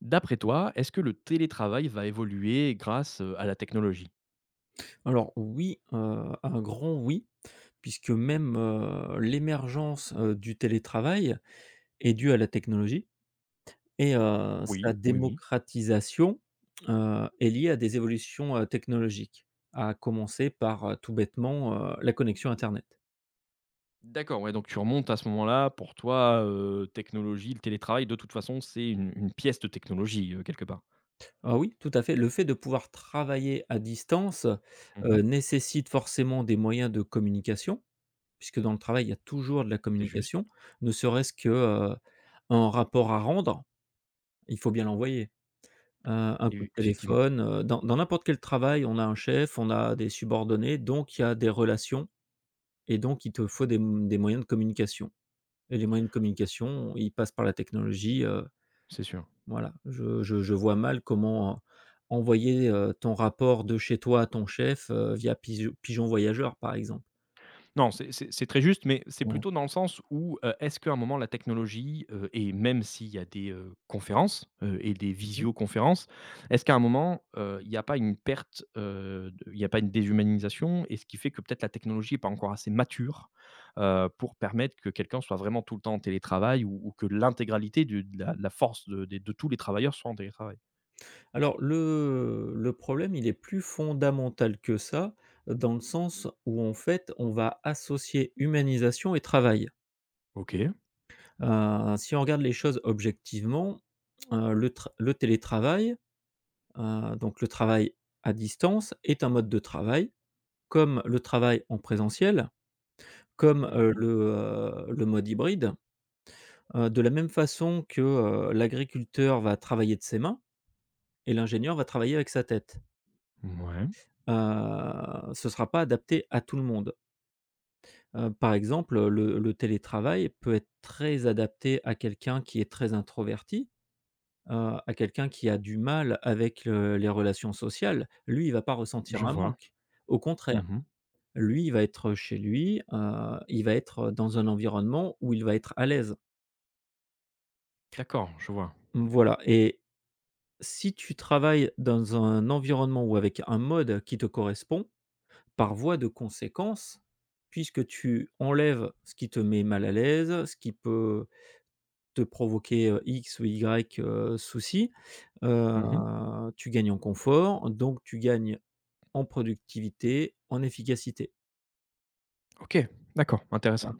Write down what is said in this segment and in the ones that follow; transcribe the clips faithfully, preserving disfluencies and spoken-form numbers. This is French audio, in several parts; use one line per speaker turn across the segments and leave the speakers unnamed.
D'après toi, est-ce que le télétravail va évoluer grâce, heu, à la technologie?
Alors oui, heu, un grand oui, puisque même, heu, l'émergence, heu, du télétravail est due à la technologie et heu, sa
Oui. Oui, oui.
démocratisation, heu, est liée à des évolutions, heu, technologiques. À commencer par, heu, tout bêtement, heu, la connexion internet.
D'accord, ouais, donc tu remontes à ce moment-là, pour toi, heu, technologie, le télétravail, de toute façon, c'est une une pièce de technologie, heu, quelque part?
Ah oui, tout à fait, le fait de pouvoir travailler à distance, heu,
Mmh.
nécessite forcément des moyens de communication, puisque dans le travail, il y a toujours de la
C'est juste,
communication, ne serait-ce que, heu, un rapport à rendre, il faut bien l'envoyer. Un un coup de
et effectivement,
téléphone, heu, dans dans n'importe quel travail, on a un chef, on a des subordonnés, donc il y a des relations et donc il te faut des m des moyens de communication et les moyens de communication, ils passent par la technologie, heu,
c'est sûr.
voilà. Je je je vois mal comment euh, envoyer, heu, ton rapport de chez toi à ton chef, heu, via pigeon Pigeon Voyageur, par exemple.
Non, c'est c'est c'est très juste, mais c'est
Voilà.
plutôt dans le sens où, heu, est-ce qu'à un moment la technologie, heu et même s'il y a des, heu, conférences, heu et des
Mmh
visioconférences, est-ce qu'à un moment, heu, il n'y a pas une perte, heu, de il n'y a pas une déshumanisation et ce qui fait que peut-être la technologie n'est pas encore assez mature, heu, pour permettre que quelqu'un soit vraiment tout le temps en télétravail ou ou que l'intégralité du de la de la force de des de tous les travailleurs soit en télétravail?
Alors le le problème, il est plus fondamental que ça, dans le sens où en fait, on va associer humanisation et travail.
OK.
Heu, si on regarde les choses objectivement, heu, le tra le télétravail, heu, donc le travail à distance est un mode de travail, comme le travail en présentiel, comme,
Mmh
heu,
mh.
le, heu, le mode hybride. Heu, de la même façon que, heu, l'agriculteur va travailler de ses mains et l'ingénieur va travailler avec sa tête. Heu, Ce ne sera pas adapté à tout le monde. Heu, par exemple, le le télétravail peut être très adapté à quelqu'un qui est très introverti, heu, à quelqu'un qui a du mal avec, heu, les relations sociales, lui, il va pas ressentir
je
un
vois.
manque. Au contraire,
Mmh.
lui, il va être chez lui, heu, il va être dans un environnement où il va être à l'aise.
D'accord, je vois.
Mmh, voilà. Et si tu travailles dans un environnement ou avec un mode qui te correspond, par voie de conséquence, puisque tu enlèves ce qui te met mal à l'aise, ce qui peut te provoquer, heu, X ou Y, heu, soucis, heu,
Mmh.
tu gagnes en confort, donc tu gagnes en productivité, en efficacité.
OK, d'accord, intéressant.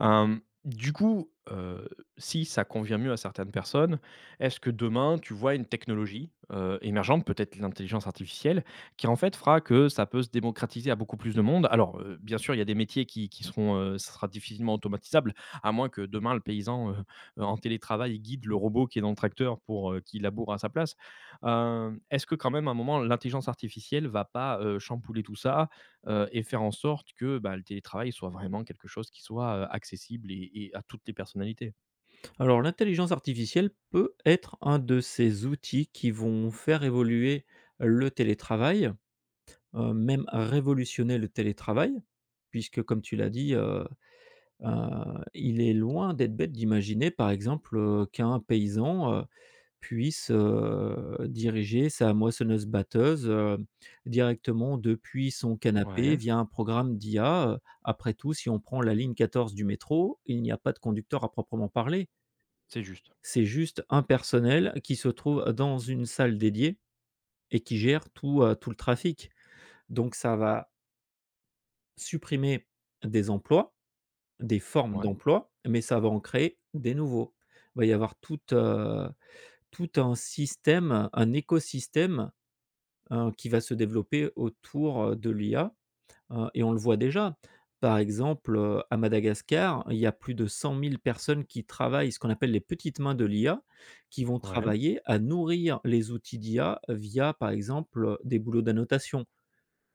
Hem, du coup, heu, si ça convient mieux à certaines personnes, est-ce que demain tu vois une technologie, heu, émergente, peut-être l'intelligence artificielle, qui en fait fera que ça peut se démocratiser à beaucoup plus de monde? Alors, heu, bien sûr, il y a des métiers qui qui seront, heu, ça sera difficilement automatisable, à moins que demain le paysan, heu, heu, en télétravail guide le robot qui est dans le tracteur pour, heu, qu'il laboure à sa place. Hem, est-ce que quand même à un moment l'intelligence artificielle va pas, heu, chambouler tout ça? heu et faire en sorte que, bah, le télétravail soit vraiment quelque chose qui soit, heu, accessible et et à toutes les personnalités.
Alors l'intelligence artificielle peut être un de ces outils qui vont faire évoluer le télétravail, heu, même révolutionner le télétravail, puisque comme tu l'as dit, heu heu, il est loin d'être bête d'imaginer par exemple, heu, qu'un paysan, euh, puisse, heu, diriger sa moissonneuse-batteuse, heu, directement depuis son canapé
Ouais,
via un programme d'i a. Heu, après tout, si on prend la ligne quatorze du métro, il n'y a pas de conducteur à proprement parler.
c'est juste.
C'est juste un personnel qui se trouve dans une salle dédiée et qui gère tout, heu, tout le trafic. Donc ça va supprimer des emplois, des formes
Ouais.
d'emplois, mais ça va en créer des nouveaux. Il va y avoir tout heu, tout un système, un écosystème heu, qui va se développer autour, heu, de l'i a, heu et on le voit déjà. Par exemple, heu, à Madagascar, il y a plus de cent mille personnes qui travaillent, ce qu'on appelle les petites mains de l'i a, qui vont
Ouais,
travailler à nourrir les outils d'i a via, par exemple, des boulots d'annotation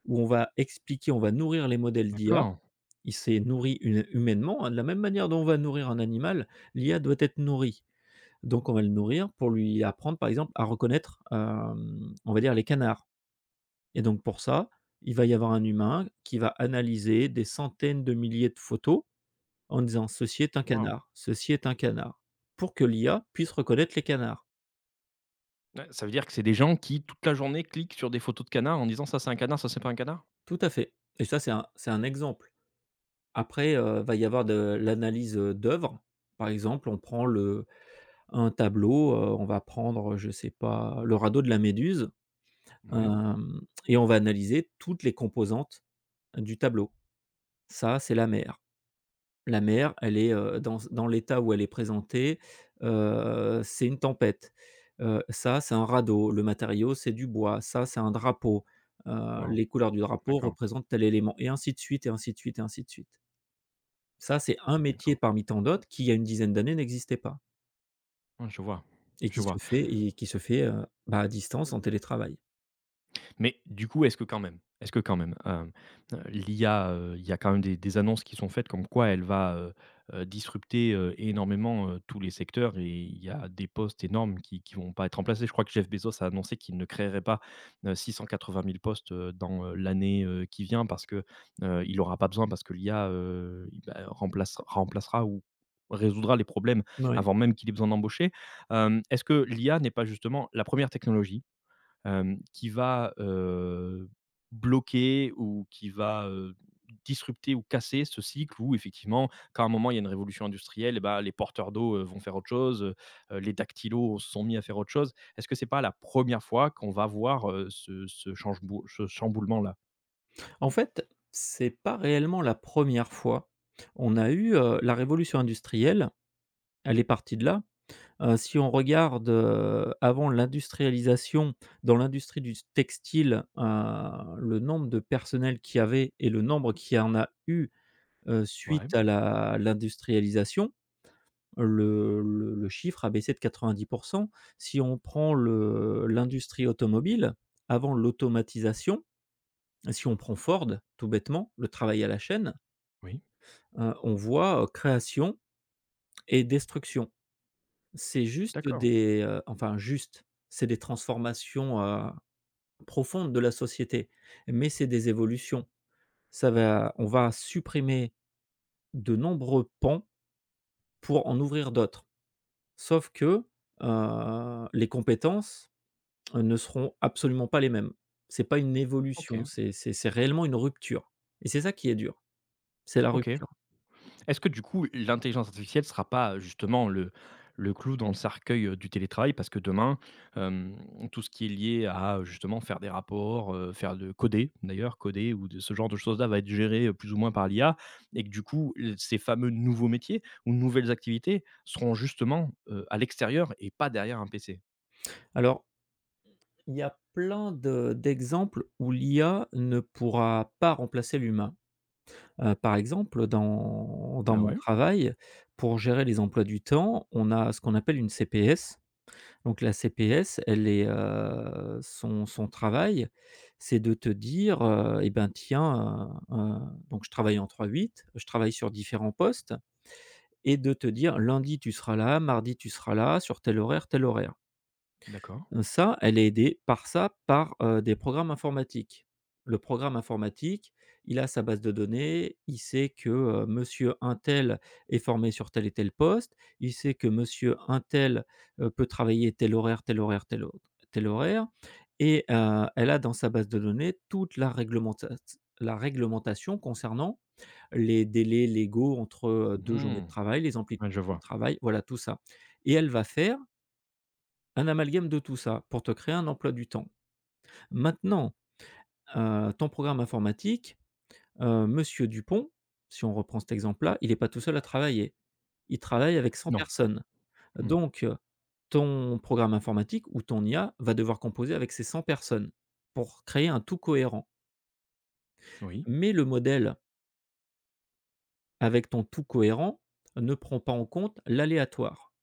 où on va expliquer, on va nourrir les modèles d'i a.
d'accord.
Il s'est nourri hu humainement, hein, de la même manière dont on va nourrir un animal, l'i a doit être nourrie. Donc on va le nourrir pour lui apprendre, par exemple, à reconnaître, hem, on va dire les canards. Et donc pour ça, il va y avoir un humain qui va analyser des centaines de milliers de photos en disant: «Ceci est un
Waouh!
canard, ceci est un canard», pour que l'i a puisse reconnaître les canards.
Ouais, ça veut dire que c'est des gens qui, toute la journée, cliquent sur des photos de canards en disant: «Ça, c'est un canard, ça, c'est pas un canard»?
Tout à fait, et ça, c'est un c'est un exemple. Après, heu, va y avoir de l'analyse, heu, d'œuvres. Par exemple, on prend le un tableau, heu, on va prendre, je sais pas, le radeau de la Méduse,
Ouais.
hem et on va analyser toutes les composantes du tableau. Ça, c'est la mer. La mer, elle est, heu, dans dans l'état où elle est présentée, heu, c'est une tempête. Heu, ça, c'est un radeau. Le matériau, c'est du bois. Ça, c'est un drapeau. Heu,
Waouh,
les couleurs du drapeau
d'accord,
représentent tel élément et ainsi de suite et ainsi de suite et ainsi de suite. Ça, c'est un métier
d'accord.
parmi tant d'autres qui, il y a une dizaine d'années, n'existait pas
Ouais, je vois,
et
je
qui se
vois.
fait et qui se fait, heu, bah, à distance en télétravail.
Mais du coup, est-ce que quand même est-ce que quand même, hem, heu, l'I A, heu, il y a quand même des des annonces qui sont faites comme quoi elle va, heu heu, disrupter, heu, énormément, heu, tous les secteurs et il y a des postes énormes qui qui vont pas être remplacés. Je crois que Jeff Bezos a annoncé qu'il ne créerait pas, heu, six cent quatre-vingt mille postes, heu, dans, heu, l'année, heu, qui vient parce que, heu, il aura pas besoin parce que l'I A, heu, i bah, remplace remplacera ou résoudra les problèmes
Oui.
avant même qu'il ait besoin d'embaucher. Hem, est-ce que l'I A n'est pas justement la première technologie hem, qui va, heu, bloquer ou qui va, heu, disrupter ou casser ce cycle où effectivement, quand à un moment il y a une révolution industrielle et bah, les porteurs d'eau, heu, vont faire autre chose, heu, heu, les dactylos se sont mis à faire autre chose. Est-ce que c'est pas la première fois qu'on va voir, heu, ce ce changebou ce chamboulement là?
En fait, c'est pas réellement la première fois. On a eu, heu, la révolution industrielle, elle est partie de là. Heu, si on regarde, heu, avant l'industrialisation, dans l'industrie du textile, heu, le nombre de personnel qu'il y avait et le nombre qu'il y en a eu, heu,
Ouais,
suite à la l'industrialisation, le le le chiffre a baissé de quatre-vingt-dix. Si on prend le l'industrie automobile, avant l'automatisation, si on prend Ford, tout bêtement, le travail à la chaîne,
oui,
heu, on voit, heu, création et destruction. C'est juste
d'accord.
des, heu, enfin juste, c'est des transformations, heu, profondes de la société, mais c'est des évolutions. Ça va On va supprimer de nombreux pans pour en ouvrir d'autres. Sauf que, heu, les compétences euh, ne seront absolument pas les mêmes. C'est pas une évolution,
OK.
c'est c'est c'est réellement une rupture et c'est ça qui est dur, c'est la
OK.
rupture.
Est-ce que du coup, l'intelligence artificielle sera pas, heu, justement le le clou dans le cercueil, heu, du télétravail? Parce que demain, hem, tout ce qui est lié à, heu, justement faire des rapports, heu, faire de coder d'ailleurs, coder ou de ce genre de choses-là va être géré, heu, plus ou moins par l'I A et que du coup, l ces fameux nouveaux métiers ou nouvelles activités seront justement, heu, à l'extérieur et pas derrière un P C.
Alors, il y a plein de d'exemples où l'i a ne pourra pas remplacer l'humain. Heu, par exemple, dans dans Mmh.
Ah
mon
ouais?
travail, pour gérer les emplois du temps, on a ce qu'on appelle une c p s. Donc la c p s, elle est, heu, son son travail, c'est de te dire, heu: «Eh ben, tiens, heu heu» donc je travaille en trois huit, je travaille sur différents postes et de te dire: «Lundi, tu seras là, mardi, tu seras là, sur tel horaire, tel horaire»
D'accord.
ça, elle est aidée par ça, par, heu, des programmes informatiques. Le programme informatique, il a sa base de données, il sait que, heu, monsieur untel est formé sur tel et tel poste, il sait que monsieur untel, heu, peut travailler tel horaire, tel horaire, tel au tel horaire et heu, elle a dans sa base de données toute la réglementat la réglementation concernant les délais légaux entre, heu, deux journées de
Mmh.
travail, les amplitudes
Ouais, je
de
vois.
travail, voilà tout ça et elle va faire un amalgame de tout ça pour te créer un emploi du temps. Maintenant, heu, ton programme informatique, heu, monsieur Dupont, si on reprend cet exemple-là, il n'est pas tout seul à travailler. Il travaille avec cent
Non.
personnes.
Mmh.
Donc, heu, ton programme informatique ou ton i a va devoir composer avec ces cent personnes pour créer un tout cohérent.
Oui.
Mais le modèle avec ton tout cohérent ne prend pas en compte l'aléatoire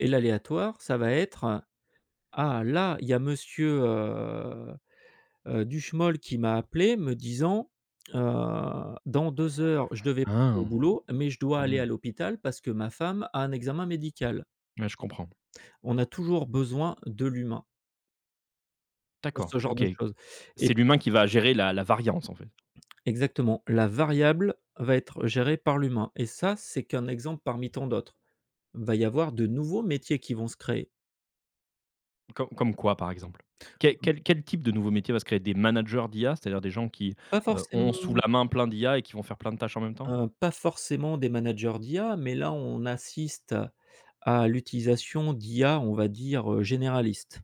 et l'aléatoire, ça va être: «Ah là, il y a monsieur, euh, heu, du qui m'a appelé me disant, heu: «Dans deux heures, je devais prendre le
Ah!
boulot, mais je dois aller à
Mmh.
l'hôpital parce que ma femme a un examen médical».
Ouais, je comprends.
On a toujours besoin de l'humain pour
D'accord,
ce genre
OK.
de choses et
C'est l'humain qui va gérer la la variance, en fait.
exactement, la variable va être gérée par l'humain et ça, c'est qu'un exemple parmi tant d'autres. Va y avoir de nouveaux métiers qui vont se créer.
Com comme quoi, par exemple? Quel quel quel type de nouveau métier va se créer? Des managers d'I A, c'est-à-dire des gens qui,
Pas
heu, ont sous
forcément,
la main plein d'I A et qui vont faire plein de tâches en même temps?
heu, pas forcément des managers d'i a, mais là, on assiste à l'utilisation d'i a, on va dire, heu, généraliste.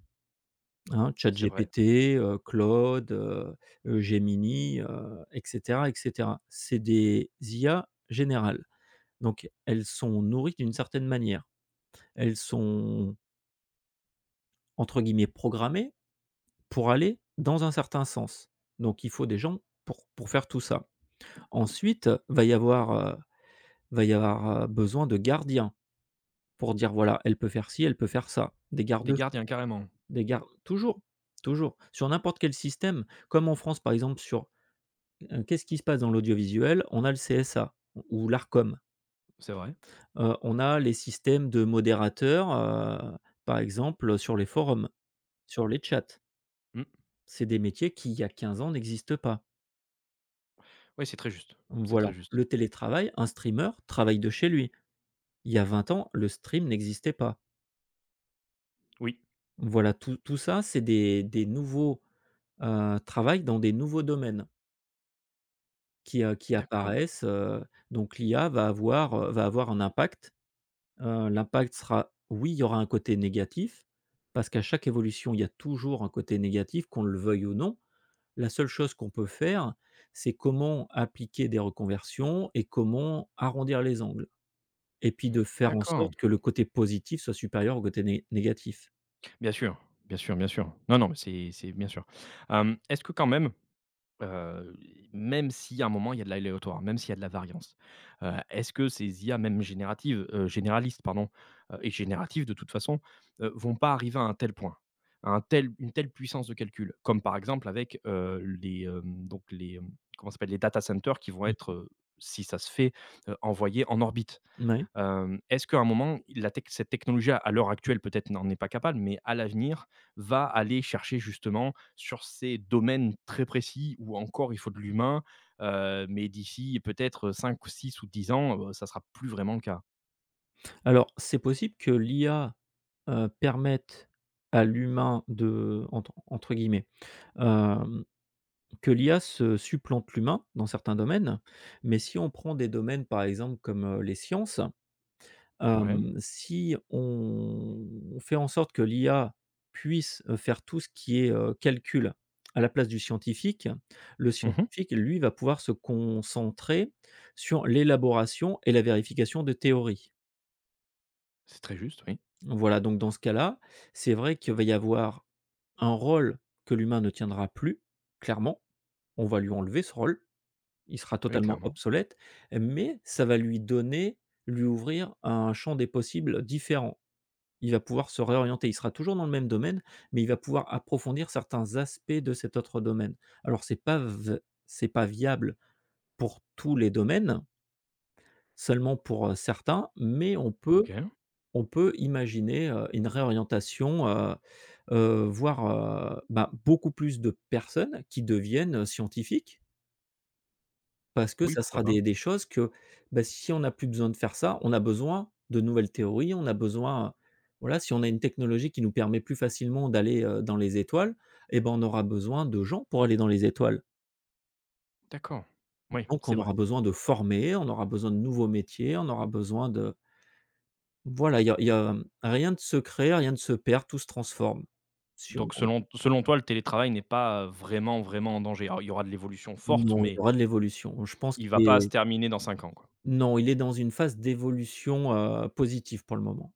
Hein,
C'est vrai.
ChatGPT, heu, Claude, heu heu, Gemini, heu et cetera et cetera. C'est des i a générales, donc elles sont nourries d'une certaine manière. Elles sont entre guillemets «programmées» pour aller dans un certain sens, donc il faut des gens pour pour faire tout ça. Ensuite, va y avoir, heu, va y avoir, heu, besoin de gardiens pour dire: «Voilà, elle peut faire ci, elle peut faire ça». Des
Des
garde-fous,
gardiens, carrément.
des gardes toujours, toujours, sur n'importe quel système, comme en France, par exemple, sur Heu, qu'est-ce qui se passe dans l'audiovisuel? On a le c s a ou l'Arcom,
C'est vrai.
heu, on a les systèmes de modérateurs, heu, par exemple, sur les forums, sur les chats.
Mmh.
C'est des métiers qui, il y a quinze ans, n'existent pas.
Oui, c'est très juste, c'est
Voilà,
très juste.
le télétravail, un streamer travaille de chez lui. Il y a vingt ans, le stream n'existait pas.
Oui,
Voilà, tout tout ça, c'est des des nouveaux, heu, travails dans des nouveaux domaines qui, heu, qui
d'accord,
apparaissent, heu, donc l'i a va avoir, heu, va avoir un impact. Heu, l'impact sera oui, il y aura un côté négatif, parce qu'à chaque évolution, il y a toujours un côté négatif, qu'on le veuille ou non. La seule chose qu'on peut faire, c'est comment appliquer des reconversions et comment arrondir les angles et puis de faire en
d'accord.
sorte que le côté positif soit supérieur au côté né négatif.
Bien sûr, bien sûr, bien sûr. Non, non, mais c'est c'est bien sûr. Hem, est-ce que quand même Heu, même si à un moment il y a de l'aléatoire, même s'il y a de la variance. Heu, est-ce que ces I A même génératives, heu, généralistes pardon, heu et génératives de toute façon, heu, vont pas arriver à un tel point, à un tel une telle puissance de calcul? Comme par exemple avec, heu, les, hem, donc les, hem, comment ça s'appelle? Les data centers qui vont être,
Mmh,
heu, si ça se fait, heu, envoyés en orbite.
mouais.
Hem, est-ce qu'à un moment, la tech cette technologie à à l'heure actuelle peut-être n'en est pas capable, mais à l'avenir va aller chercher justement sur ces domaines très précis où encore il faut de l'humain, heu, mais d'ici peut-être cinq ou six ou dix ans, heu, ça sera plus vraiment le cas?
Alors, c'est possible que l'i a, heu, permette à l'humain de entre entre guillemets, que l'i a se supplante l'humain dans certains domaines, mais si on prend des domaines, par exemple, comme, heu, les sciences,
Ouais.
hem, si on on fait en sorte que l'i a puisse, heu, faire tout ce qui est, heu, calcul à la place du scientifique, le
Mmh.
scientifique, lui, va pouvoir se concentrer sur l'élaboration et la vérification de théories.
C'est très juste, oui.
Voilà, donc dans ce cas-là, c'est vrai qu'il va y avoir un rôle que l'humain ne tiendra plus, clairement, on va lui enlever ce rôle. Il sera
Oui,
totalement
clairement.
obsolète, mais ça va lui donner lui ouvrir un champ des possibles différent. Il va pouvoir se réorienter. Il sera toujours dans le même domaine, mais il va pouvoir approfondir certains aspects de cet autre domaine. Alors c'est pas v c'est pas viable pour tous les domaines, seulement pour, heu, certains, mais on peut
OK.
on peut imaginer, heu, une réorientation, heu heu, voir, heu, bah, beaucoup plus de personnes qui deviennent scientifiques. Parce que
Oui,
ça
pourquoi
sera
pas.
des des choses que, bah, si on n'a plus besoin de faire ça, on a besoin de nouvelles théories, on a besoin, voilà, si on a une technologie qui nous permet plus facilement d'aller, heu, dans les étoiles. Eh ben, on aura besoin de gens pour aller dans les étoiles.
D'accord. Oui,
Donc
c'est
on
vrai.
aura besoin de former, on aura besoin de nouveaux métiers, on aura besoin de voilà, il y a il y a, hem, rien de se créer, rien de se perd, tout se transforme. Si on
Donc selon selon toi, le télétravail n'est pas, vraiment, vraiment en danger? Alors il y aura de l'évolution forte,
Non, il y
mais
aura de l'évolution. Je pense
il va
qu'il
pas se
est
terminer dans cinq ans, quoi.
non, il est dans une phase d'évolution, heu, positive pour le moment.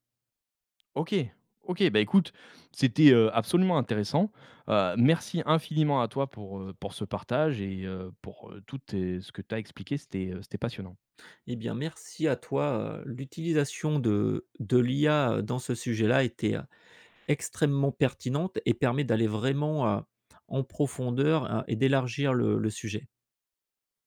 OK. OK, bah, écoute, c'était, heu, absolument intéressant. Heu, merci infiniment à toi pour, heu, pour ce partage et heu, pour, heu, toutes tes ce que tu as expliqué, c'était, heu, c'était passionnant.
Eh bien, merci à toi. Heu, l'utilisation de de l'i a, heu, dans ce sujet-là était, heu, extrêmement pertinente et permet d'aller vraiment, heu, en profondeur, heu et d'élargir le le sujet.